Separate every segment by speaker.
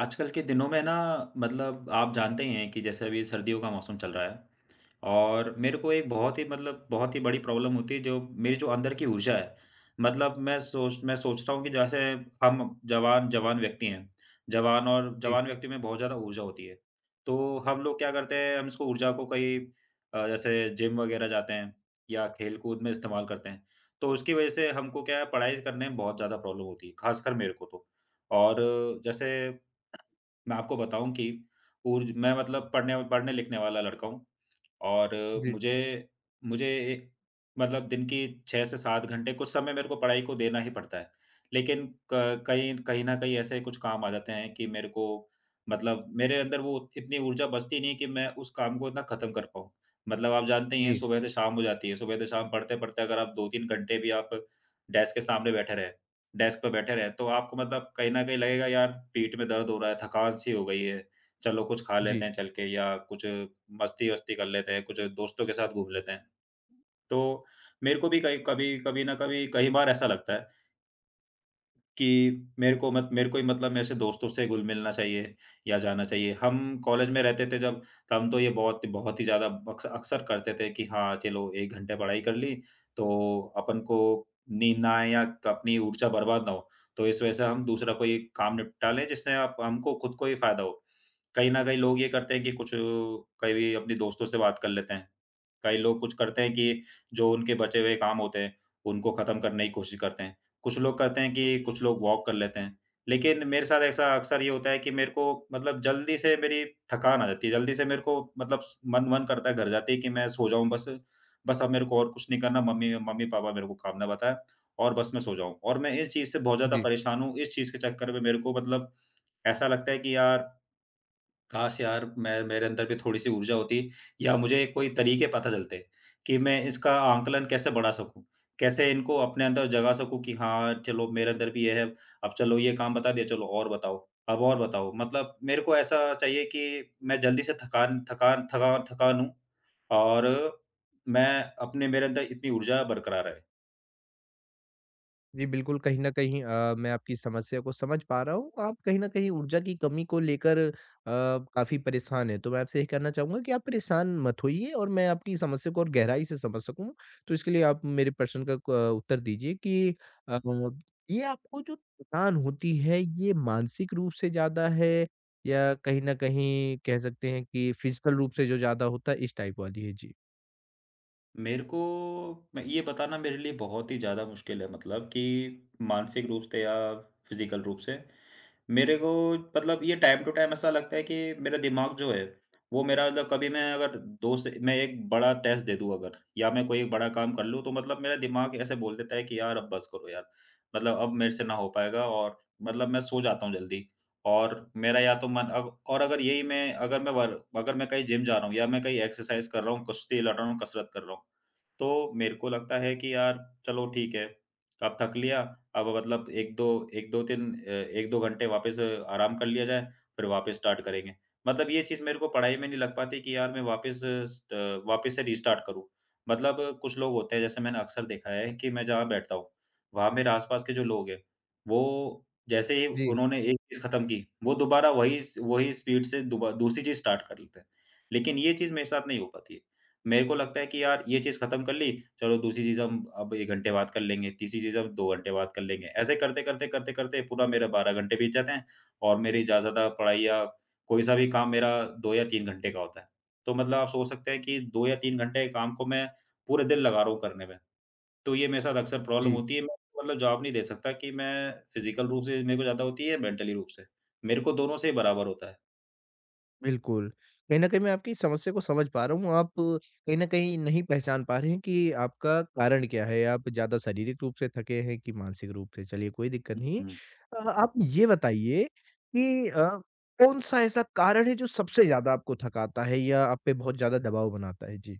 Speaker 1: आजकल के दिनों में ना मतलब आप जानते ही हैं कि जैसे अभी सर्दियों का मौसम चल रहा है। और मेरे को एक बहुत ही मतलब बहुत ही बड़ी प्रॉब्लम होती है, जो मेरी जो अंदर की ऊर्जा है। मतलब मैं सोचता हूँ कि जैसे हम जवान जवान व्यक्ति हैं। जवान और
Speaker 2: जी,
Speaker 1: जवान व्यक्ति में बहुत ज़्यादा ऊर्जा होती है। तो हम लोग क्या करते हैं, हम इसको ऊर्जा को कहीं जैसे जिम वगैरह जाते हैं या खेल कूद में इस्तेमाल करते हैं। तो उसकी वजह से हमको क्या है, पढ़ाई करने में बहुत ज़्यादा प्रॉब्लम होती है, खासकर मेरे को तो। और जैसे मैं आपको बताऊँ कि ऊर्ज मैं मतलब पढ़ने-लिखने वाला लड़का हूँ। और
Speaker 2: जी,
Speaker 1: मुझे मुझे ए मतलब दिन की 6 से 7 घंटे कुछ समय मेरे को पढ़ाई को देना ही पड़ता है। लेकिन क कहीं कहीं न कहीं ऐसे कुछ काम आ जाते हैं कि मेरे को मतलब मेरे अंदर वो इतनी ऊर्जा बचती नहीं है कि मैं उस काम को इतना खत्म कर पाऊँ। मतलब आप जानते ही हैं,
Speaker 2: जी,
Speaker 1: सुबह से शाम हो जाती है, सुबह से शाम पढ़ते-पढ़ते अगर आप 2-3 घंटे भी आप डेस्क के सामने बैठे रहे, डेस्क पे बैठे रहे, तो आपको मतलब कहीं न कहीं लगेगा, यार पीठ में दर्द हो रहा है, थकान-सी हो गई है। चलो कुछ खा लेते
Speaker 2: जी,
Speaker 1: हैं चल के, या कुछ मस्ती-वस्ती कर लेते हैं, कुछ दोस्तों के साथ घूम लेते हैं। तो मेरे को भी कई कभी कभी न कभी कई बार ऐसा लगता है कि मेरे को मत मेरे को ही मतलब मेरे से दोस्तों से घुल-मिलना चाहिए या जाना चाहिए। हम कॉलेज में रहते थे जब, तो हम तो ये बहुत बहुत ही ज़्यादा अक्सर करते थे कि हाँ, चलो 1 घंटे पढ़ाई कर ली, तो अपन को नींद ना आए या अपनी ऊर्जा बर्बाद ना हो। तो इस वजह से हम दूसरा कोई काम निपटा लें, जिससे आप हमको खुद को ही फ़ायदा हो। कहीं न कहीं लोग ये करते हैं कि कुछ कभी अपने दोस्तों से बात कर लेते हैं। कई लोग कुछ करते हैं कि जो उनके बचे हुए काम होते हैं, उनको ख़त्म करने की कोशिश करते हैं। कुछ लोग करते हैं कि कुछ लोग वॉक कर लेते हैं। लेकिन मेरे साथ ऐसा अक्सर ये होता है कि मेरे को मतलब जल्दी से मेरी थकान आ जाती है, जल्दी से मेरे को मतलब स मन मन करता है घर जाते ही कि मैं सो जाऊँ बस। बस अब मेरे को और कुछ नहीं करना, मम्मी-पापा मेरे को काम ना बताएँ और बस मैं सो जाऊँ। और मैं इस चीज़ से बहुत ज़्यादा
Speaker 2: जी,
Speaker 1: परेशान हूँ, इस चीज़ के चक्कर में मेरे को मतलब ऐसा लगता है कि यार, काश यार मैं मेरे अंदर भी थोड़ी-सी ऊर्जा होती या मुझे कोई तरीके पता चलते कि मैं इसका आंकलन कैसे बढ़ा सकूँ, कैसे इनको अपने अंदर जगा सकूँ कि हाँ, चलो मेरे अंदर भी ये है, अब चलो ये काम बता दिया, चलो और बताओ, अब और बताओ। मतलब मेरे को ऐसा चाहिए कि मैं जल्दी से थकान थकान थका थकान हूँ और मैं अपने मेरे अंदर इतनी ऊर्जा बरकरार रहे।
Speaker 2: जी, बिल्कुल कहीं न कहीं मैं आपकी समस्या को समझ पा रहा हूँ। आप कहीं न कहीं ऊर्जा की कमी को लेकर काफ़ी परेशान हैं। तो मैं आपसे यही कहना चाहूँगा कि आप परेशान मत होइए, और मैं आपकी समस्या को और गहराई से समझ सकूँ, तो इसके लिए आप मेरे प्रश्न का उत्तर दीजिए कि अ, ये आपको जो थकान होती है, ये मानसिक रूप से ज़्यादा है, या कहीं न कहीं कह सकते हैं कि फ़िज़िकल रूप से जो ज़्यादा होता है, इस टाइप वाली है? जी।
Speaker 1: मेरे को मैं ये बताना मेरे लिए बहुत ही ज़्यादा मुश्किल है, मतलब कि मानसिक रूप से या फ़िज़िकल रूप से। मेरे को मतलब ये टाइम टू टाइम ऐसा लगता है कि मेरा दिमाग जो है, वो मेरा मतलब कभी मैं अगर 2 से मैं एक बड़ा टेस्ट दे दूँ अगर, या मैं कोई एक बड़ा काम कर लूँ, तो मतलब मेरा दिमाग ऐसे बोल देता है कि यार अब बस करो यार। मतलब अब मेरे से ना हो पाएगा और मतलब मैं सो जाता हूँ जल्दी, और मेरा या तो मन, अब और अगर यही मैं अगर मैं वर अगर मैं कहीं जिम जा रहा हूँ या मैं कहीं एक्सरसाइज़ कर रहा हूँ, कुश्ती लड़ रहा हूँ, कसरत कर रहा हूँ, तो मेरे को लगता है कि यार चलो ठीक है, अब थक लिया, अब मतलब 1-2 1-2-3 1-2 घंटे वापस आराम कर लिया जाए, फिर वापस स्टार्ट करेंगे। मतलब ये चीज़ मेरे को पढ़ाई में नहीं लग पाती कि यार मैं स्ट वापस से रीस्टार्ट करूँ। मतलब कुछ लोग होते हैं, जैसे मैंने अक्सर देखा है कि मैं जहाँ बैठता हूँ, वहाँ मेरे आस-पास के जो लोग हैं, वो जैसे ही
Speaker 2: जी,
Speaker 1: उन्होंने एक चीज़ खत्म की, वो दोबारा वही स्पीड से दुबा दूसरी चीज़ स्टार्ट कर लेते हैं। लेकिन ये चीज़ मेरे साथ नहीं हो पाती है। मेरे को लगता है कि यार, ये चीज़ खत्म कर ली, चलो दूसरी चीज़ हम अब 1 घंटे बाद कर लेंगे, तीसरी चीज़ हम 2 घंटे बाद कर लेंगे। ऐसे करते, करते, करते, करते पूरा मेरा 12 घंटे बीत जाते हैं, और मेरी ज़्यादा पढ़ाई या कोई सा भी काम मेरा 2 या 3 घंटे का होता है। तो मतलब आप सोच सकते हैं कि 2 या 3 घंटे के काम को मैं पूरे दिन लगा रहा हूँ करने में। तो ये मेरे साथ अक्सर प्रॉब्लम
Speaker 2: जी।
Speaker 1: होती है। मैं मतलब जवाब नहीं दे सकता कि मैं फ़िज़िकल रूप से मेरे को ज़्यादा होती है या मेंटली रूप से। मेरे को दोनों से ही बराबर होता है।
Speaker 2: बिल्कुल। कहीं न कहीं मैं आपकी समस्या को समझ पा रहा हूँ। आप कहीं न कहीं नहीं पहचान पा रहे हैं कि आपका कारण क्या है? आप ज़्यादा शारीरिक रूप से थके हैं कि मानसिक रूप से? चलिए, कोई दिक्कत
Speaker 1: हुँ,
Speaker 2: नहीं।
Speaker 1: हुँ।
Speaker 2: आप ये बताइए कि कौन-सा ऐसा कारण है जो सबसे ज़्यादा आपको थकाता है या आप पे बहुत ज़्यादा दबाव बनाता है? जी।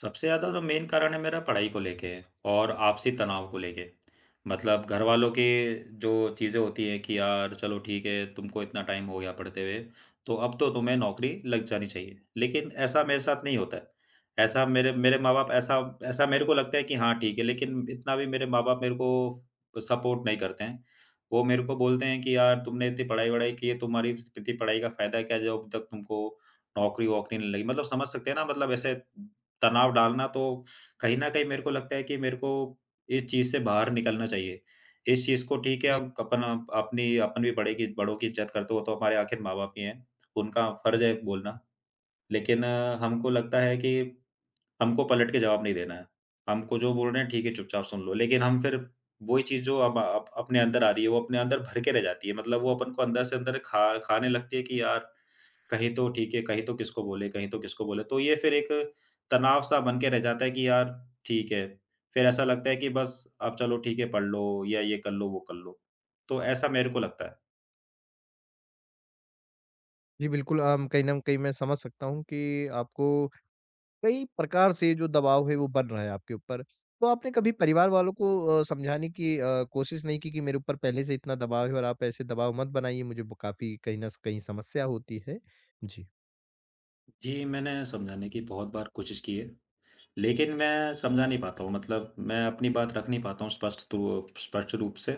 Speaker 1: सबसे ज़्यादा तो मेन कारण है मेरा पढ़ाई को लेके और आपसी तनाव को लेके। मतलब घर वालों की जो चीज़ें होती हैं कि यार चलो ठीक है, तुमको इतना टाइम हो गया पढ़ते हुए, तो अब तो तुम्हें नौकरी लग जानी चाहिए। लेकिन ऐसा मेरे साथ नहीं होता है। ऐसा मेरे मेरे माँ-बाप ऐसा ऐसा मेरे को लगता है कि हाँ ठीक है, लेकिन इतना भी मेरे माँ-बाप मेरे को सपोर्ट नहीं करते हैं। वो मेरे को बोलते हैं कि यार तुमने इतनी पढ़ाई-वढ़ाई की है, तुम्हारी इतनी पढ़ाई का फ़ायदा क्या है, जब तक तुमको नौकरी-वोकरी नहीं लगी। मतलब समझ सकते हैं ना, मतलब ऐसे तनाव डालना, तो कहीं न कहीं मेरे को लगता है कि मेरे को इस चीज़ से बाहर निकलना चाहिए। इस चीज़ को ठीक है,
Speaker 2: जी,
Speaker 1: अब अपन भी बड़े की बड़ों की इज़्ज़त करते हो, वो तो हमारे आखिर माँ-बाप ही हैं, उनका फ़र्ज़ है बोलना। लेकिन हमको लगता है कि हमको पलट के जवाब नहीं देना है। हमको जो बोल रहे हैं ठीक है चुपचाप सुन लो, लेकिन हम फिर वही चीज़ जो अब अप अपने अंदर आ रही है, वो अपने अंदर भर के रह जाती है। मतलब वो अपन को अंदर से अंदर खा खाने लगती है कि यार कहीं तो ठीक है, कहीं तो किसको बोले, कहीं तो किसको बोले। तो ये फिर एक तनाव सा बन के रह जाता है कि यार ठीक है। फिर ऐसा लगता है कि बस अब चलो ठीक है, पढ़ लो या ये कर लो, वो कर लो। तो ऐसा मेरे को लगता है।
Speaker 2: जी, बिल्कुल। कहीं न कहीं मैं समझ सकता हूँ कि आपको कई प्रकार से जो दबाव है वो बन रहा है आपके ऊपर। तो आपने कभी परिवार वालों को समझाने की कोशिश नहीं की कि मेरे ऊपर पहले से इतना दबाव है, और आप ऐसे दबाव मत बनाइए, मुझे ब काफ़ी कहीं न कहीं समस्या होती है? जी।
Speaker 1: जी, मैंने समझाने की बहुत बार कोशिश की है, लेकिन मैं समझा नहीं पाता हूँ, मतलब मैं अपनी बात रख नहीं पाता हूँ स्पष्ट रूप से।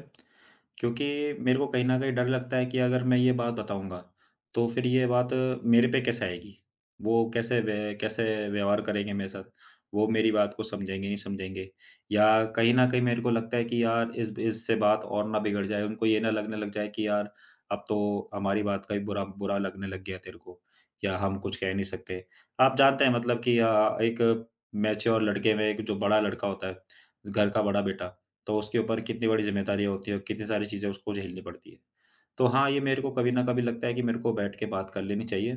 Speaker 1: क्योंकि मेरे को कहीं न कहीं डर लगता है कि अगर मैं ये बात बताऊँगा, तो फिर ये बात मेरे पे कैसे आएगी? वो कैसे व्यवहार करेंगे मेरे साथ? वो मेरी बात को समझेंगे, नहीं समझेंगे? या कहीं न कहीं मेरे को लगता है कि यार इस इससे बात और ना बिगड़ जाए, उनको ये ना लगने लग जाए कि यार अब तो हमारी बात का ही बुरा बुरा लगने लग गया तेरे को, या हम कुछ कह नहीं सकते। आप जानते हैं मतलब कि एक मैच्योर लड़के में एक जो बड़ा लड़का होता है, घर का बड़ा बेटा, तो उसके ऊपर कितनी बड़ी ज़िम्मेदारियाँ होती है और कितनी सारी चीज़ें उसको झेलनी पड़ती है। तो हाँ, ये मेरे को कभी न कभी लगता है कि मेरे को बैठ के बात कर लेनी चाहिए,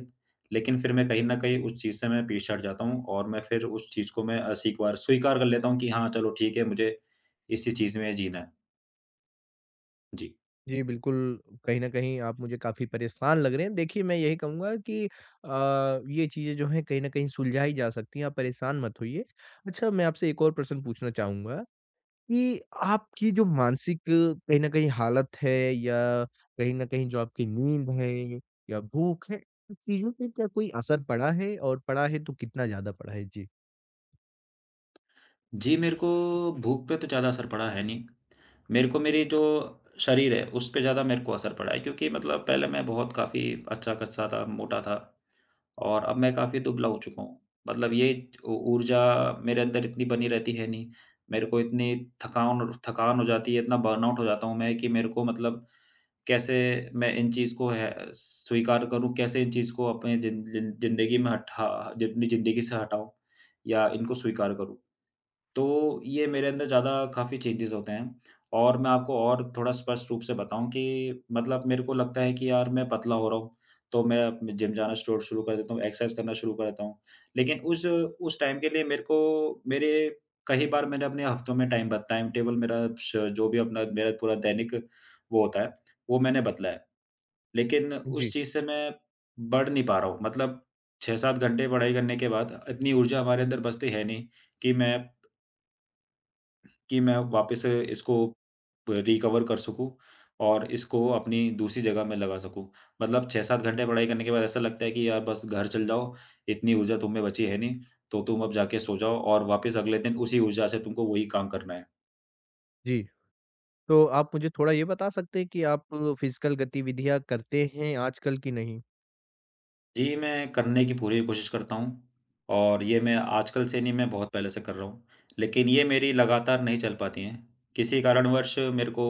Speaker 1: लेकिन फिर मैं कहीं न कहीं उस चीज़ से मैं पीछे हट जाता हूँ और मैं फिर उस चीज़ को मैं अस्वीकार स्वीकार कर लेता हूँ कि हाँ, चलो ठीक है, मुझे इसी चीज़ में जीना है। जी।
Speaker 2: जी, बिल्कुल, कहीं न कहीं आप मुझे काफ़ी परेशान लग रहे हैं। देखिए, मैं यही कहूँगा कि अ, ये चीज़ें जो हैं कहीं न कहीं सुलझाई जा सकती हैं, आप परेशान मत होइए। अच्छा, मैं आपसे एक और प्रश्न पूछना चाहूँगा कि आपकी जो मानसिक कहीं न कहीं हालत है, या कहीं न कहीं जो आपकी नींद है या भूख है, इन चीज़ों पे क्या कोई असर पड़ा है, और पड़ा है तो कितना ज़्यादा पड़ा है? जी।
Speaker 1: जी, मेरे को भूख पे तो ज़्यादा असर पड़ा है नहीं। मेरे को मेरी जो शरीर है, उस पे ज़्यादा मेरे को असर पड़ा है, क्योंकि मतलब पहले मैं बहुत काफ़ी अच्छा-खासा था, मोटा था। और अब मैं काफ़ी दुबला हो चुका हूँ। मतलब ये ऊ ऊर्जा मेरे अंदर इतनी बनी रहती है नहीं। मेरे को इतनी थकान थकान हो जाती है, इतना बर्नआउट हो जाता हूँ मैं कि मेरे को मतलब कैसे मैं इन चीज़ को है स्वीकार करूँ, कैसे इन चीज़ को अपनी ज़िंदगी से हटाऊँ या इनको स्वीकार करूँ? तो ये मेरे अंदर ज़्यादा काफ़ी चेंजेस होते हैं, और मैं आपको और थोड़ा स्पष्ट रूप से बताऊँ कि मतलब मेरे को लगता है कि यार मैं पतला हो रहा हूँ, तो मैं अप जिम जाना शो शुरू कर देता हूँ, एक्सरसाइज़ करना शुरू कर देता हूँ। लेकिन उस टाइम के लिए मेरे को मेरे कई बार मैंने अपने हफ्तों में टाइम टेबल मेरा श जो भी अपना मेरा पूरा दैनिक वो होता है, वो मैंने बदला है। लेकिन उस
Speaker 2: जी,
Speaker 1: चीज़ से मैं बढ़ नहीं पा रहा हूँ। मतलब 6-7 घंटे पढ़ाई करने के बाद इतनी ऊर्जा हमारे अंदर बचती है नहीं कि मैं वापस इसको प रिकवर कर सकूँ और इसको अपनी दूसरी जगह में लगा सकूँ। मतलब 6-7 घंटे पढ़ाई करने के बाद ऐसा लगता है कि यार बस घर चले जाओ, इतनी ऊर्जा तुम में बची है नहीं, तो तुम अब जाके सो जाओ और वापस अगले दिन उसी ऊर्जा से तुमको वही काम करना है।
Speaker 2: जी। तो आप मुझे थोड़ा ये बता सकते हैं कि आप फिज़िकल गतिविधियाँ करते हैं आजकल कि नहीं?
Speaker 1: जी, मैं करने की पूरी कोशिश करता हूँ, और ये मैं आजकल से नहीं, मैं बहुत पहले से कर रहा हूँ। लेकिन ये मेरी लगातार नहीं चल पाती हैं। किसी कारणवश मेरे को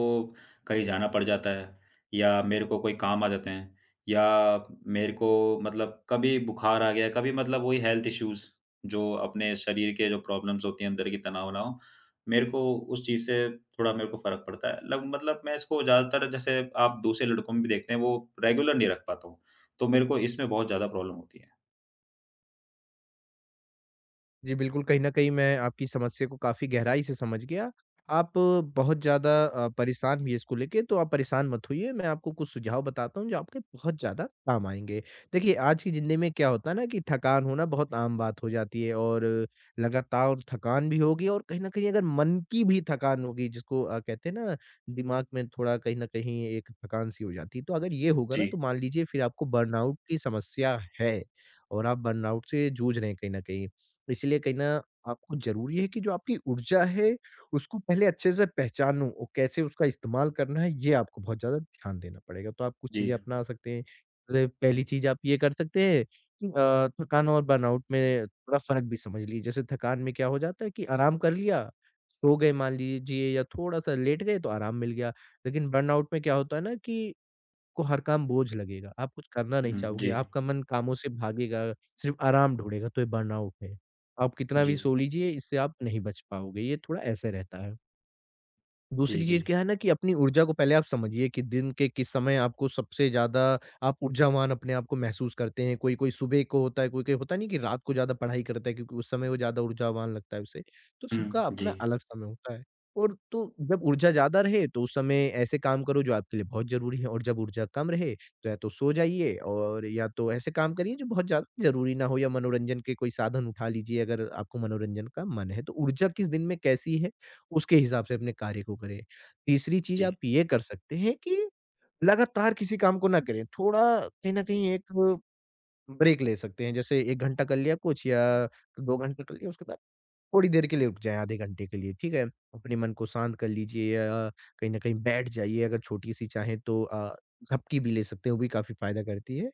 Speaker 1: कहीं जाना पड़ जाता है, या मेरे को कोई काम आ जाते हैं, या मेरे को मतलब कभी बुखार आ गया, कभी मतलब वही हेल्थ इश्यूज़, जो अपने शरीर के जो प्रॉब्लम्स होती हैं अंदर की, तनाव-वनाव, मेरे को उस चीज़ से थोड़ा मेरे को फ़र्क पड़ता है। लग मतलब मैं इसको ज़्यादातर जैसे आप दूसरे लड़कों में भी देखते हैं वो रेगुलर नहीं रख पाता हूँ। तो मेरे को इसमें बहुत ज़्यादा प्रॉब्लम होती है।
Speaker 2: जी, बिल्कुल, कहीं न कहीं मैं आपकी समस्या को काफ़ी गहराई से समझ गया। आप बहुत ज़्यादा परेशान भी हैं इसको लेके, तो आप परेशान मत होइए, मैं आपको कुछ सुझाव बताता हूँ, जो आपके बहुत ज़्यादा काम आएँगे। देखिए, आज की ज़िंदगी में क्या होता है ना कि थकान होना बहुत आम बात हो जाती है, और लगातार थकान भी होगी, और कहीं न कहीं अगर मन की भी थकान होगी, जिसको कहते हैं ना, दिमाग में थोड़ा कहीं न कहीं एक थकान-सी हो जाती है। तो अगर ये होगा ना,
Speaker 1: जी,
Speaker 2: तो मान लीजिए फिर आपको बर्नआउट की समस्या है, और आप बर्नआउट से जूझ रहे हैं कहीं न कहीं। तो इसीलिए कहीं न आपको ज़रूरी है कि जो आपकी ऊर्जा है, उसको पहले अच्छे से पहचानो, और कैसे उसका इस्तेमाल करना है, ये आपको बहुत ज़्यादा ध्यान देना पड़ेगा। तो आप कुछ
Speaker 1: जी।
Speaker 2: चीज़ें अपना सकते हैं। जैसे, पहली चीज़ आप ये कर सकते हैं कि थकान और बर्नआउट में थोड़ा फ़र्क भी समझ लीजिए। जैसे थकान में क्या हो जाता है कि आराम कर लिया, सो गए मान लीजिए, या थोड़ा-सा लेट गए, तो आराम मिल गया। लेकिन बर्नआउट में क्या होता है ना कि आपको हर काम बोझ लगेगा, आप कुछ करना नहीं
Speaker 1: हुँ,
Speaker 2: चाहोगे,
Speaker 1: जी,
Speaker 2: आपका मन कामों से भागेगा, सिर्फ़ आराम ढूँढेगा, तो ये बर्नआउट है। आप कितना भी
Speaker 1: जी,
Speaker 2: सो लीजिए, इससे आप नहीं बच पाओगे, ये थोड़ा ऐसे रहता है।
Speaker 1: जी,
Speaker 2: दूसरी चीज़
Speaker 1: जी।
Speaker 2: क्या है ना कि अपनी ऊर्जा को पहले आप समझिए कि दिन के किस समय आपको सबसे ज़्यादा आप ऊर्जावान अपने आप को महसूस करते हैं। कोई-कोई सुबह को होता है, कोई-कोई होता नहीं कि रात को ज़्यादा पढ़ाई करता है, क्योंकि उस समय वो ज़्यादा ऊर्जावान लगता है उसे। तो सबका
Speaker 1: हुँ, जी,
Speaker 2: अपना अलग समय होता है, और तो जब ऊर्जा ज़्यादा रहे, तो उस समय ऐसे काम करो जो आपके लिए बहुत ज़रूरी है, और जब ऊर्जा कम रहे, तो या तो सो जाइए, और या तो ऐसे काम करिए जो बहुत ज़्यादा ज़रूरी ना हो, या मनोरंजन के कोई साधन उठा लीजिए, अगर आपको मनोरंजन का मन है। तो ऊर्जा किस दिन में कैसी है? उसके हिसाब से अपने कार्य को करें। तीसरी चीज़
Speaker 1: जी,
Speaker 2: आप ये कर सकते हैं कि लगातार किसी काम को ना करें, थोड़ा कहीं न कहीं एक ब्रेक ले सकते हैं। जैसे, 1 घंटा कर लिया कुछ, या 2 घंटे कर लिया, उसके बाद थोड़ी देर के लिए रुक जाएँ, आधे घंटे के लिए, ठीक है? अपने मन को शांत कर लीजिए, या कहीं न कहीं बैठ जाइए, अगर छोटी-सी चाहें, तो झपकी भी ले सकते हैं, वो भी काफ़ी फ़ायदा करती है।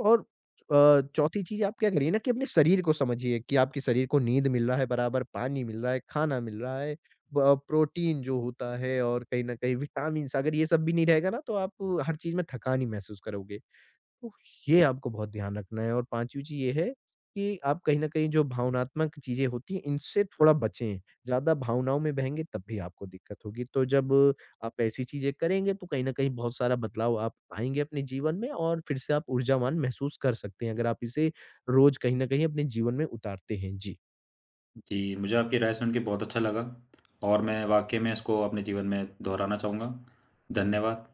Speaker 2: और चौथी चीज़ आप क्या करिए ना कि अपने शरीर को समझिए कि आपके शरीर को नींद मिल रहा है, बराबर पानी मिल रहा है, खाना मिल रहा है, ब प्रोटीन जो होता है, और कहीं न कहीं विटामिन्स, अगर ये सब भी नहीं रहेगा ना, तो आप हर चीज़ में थकान ही महसूस करोगे। तो
Speaker 1: जी,
Speaker 2: ये आपको बहुत ध्यान रखना है। और 5वीं चीज़ ये है कि आप कहीं न कहीं जो भावनात्मक चीज़ें होती हैं, इनसे थोड़ा बचें। ज़्यादा भावनाओं में बहेंगे, तब भी आपको दिक्कत होगी। तो जब आप ऐसी चीज़ें करेंगे, तो कहीं न कहीं बहुत सारा बदलाव आप आएँगे अपने जीवन में, और फिर से आप ऊर्जावान महसूस कर सकते हैं, अगर आप इसे रोज़ कहीं न कहीं अपने जीवन में उतारते हैं। जी।
Speaker 1: जी, मुझे आपकी राय सुन के बहुत अच्छा लगा और मैं वाक़ई में इसको अपने जीवन में दोहराना चाहूँगा। धन्यवाद।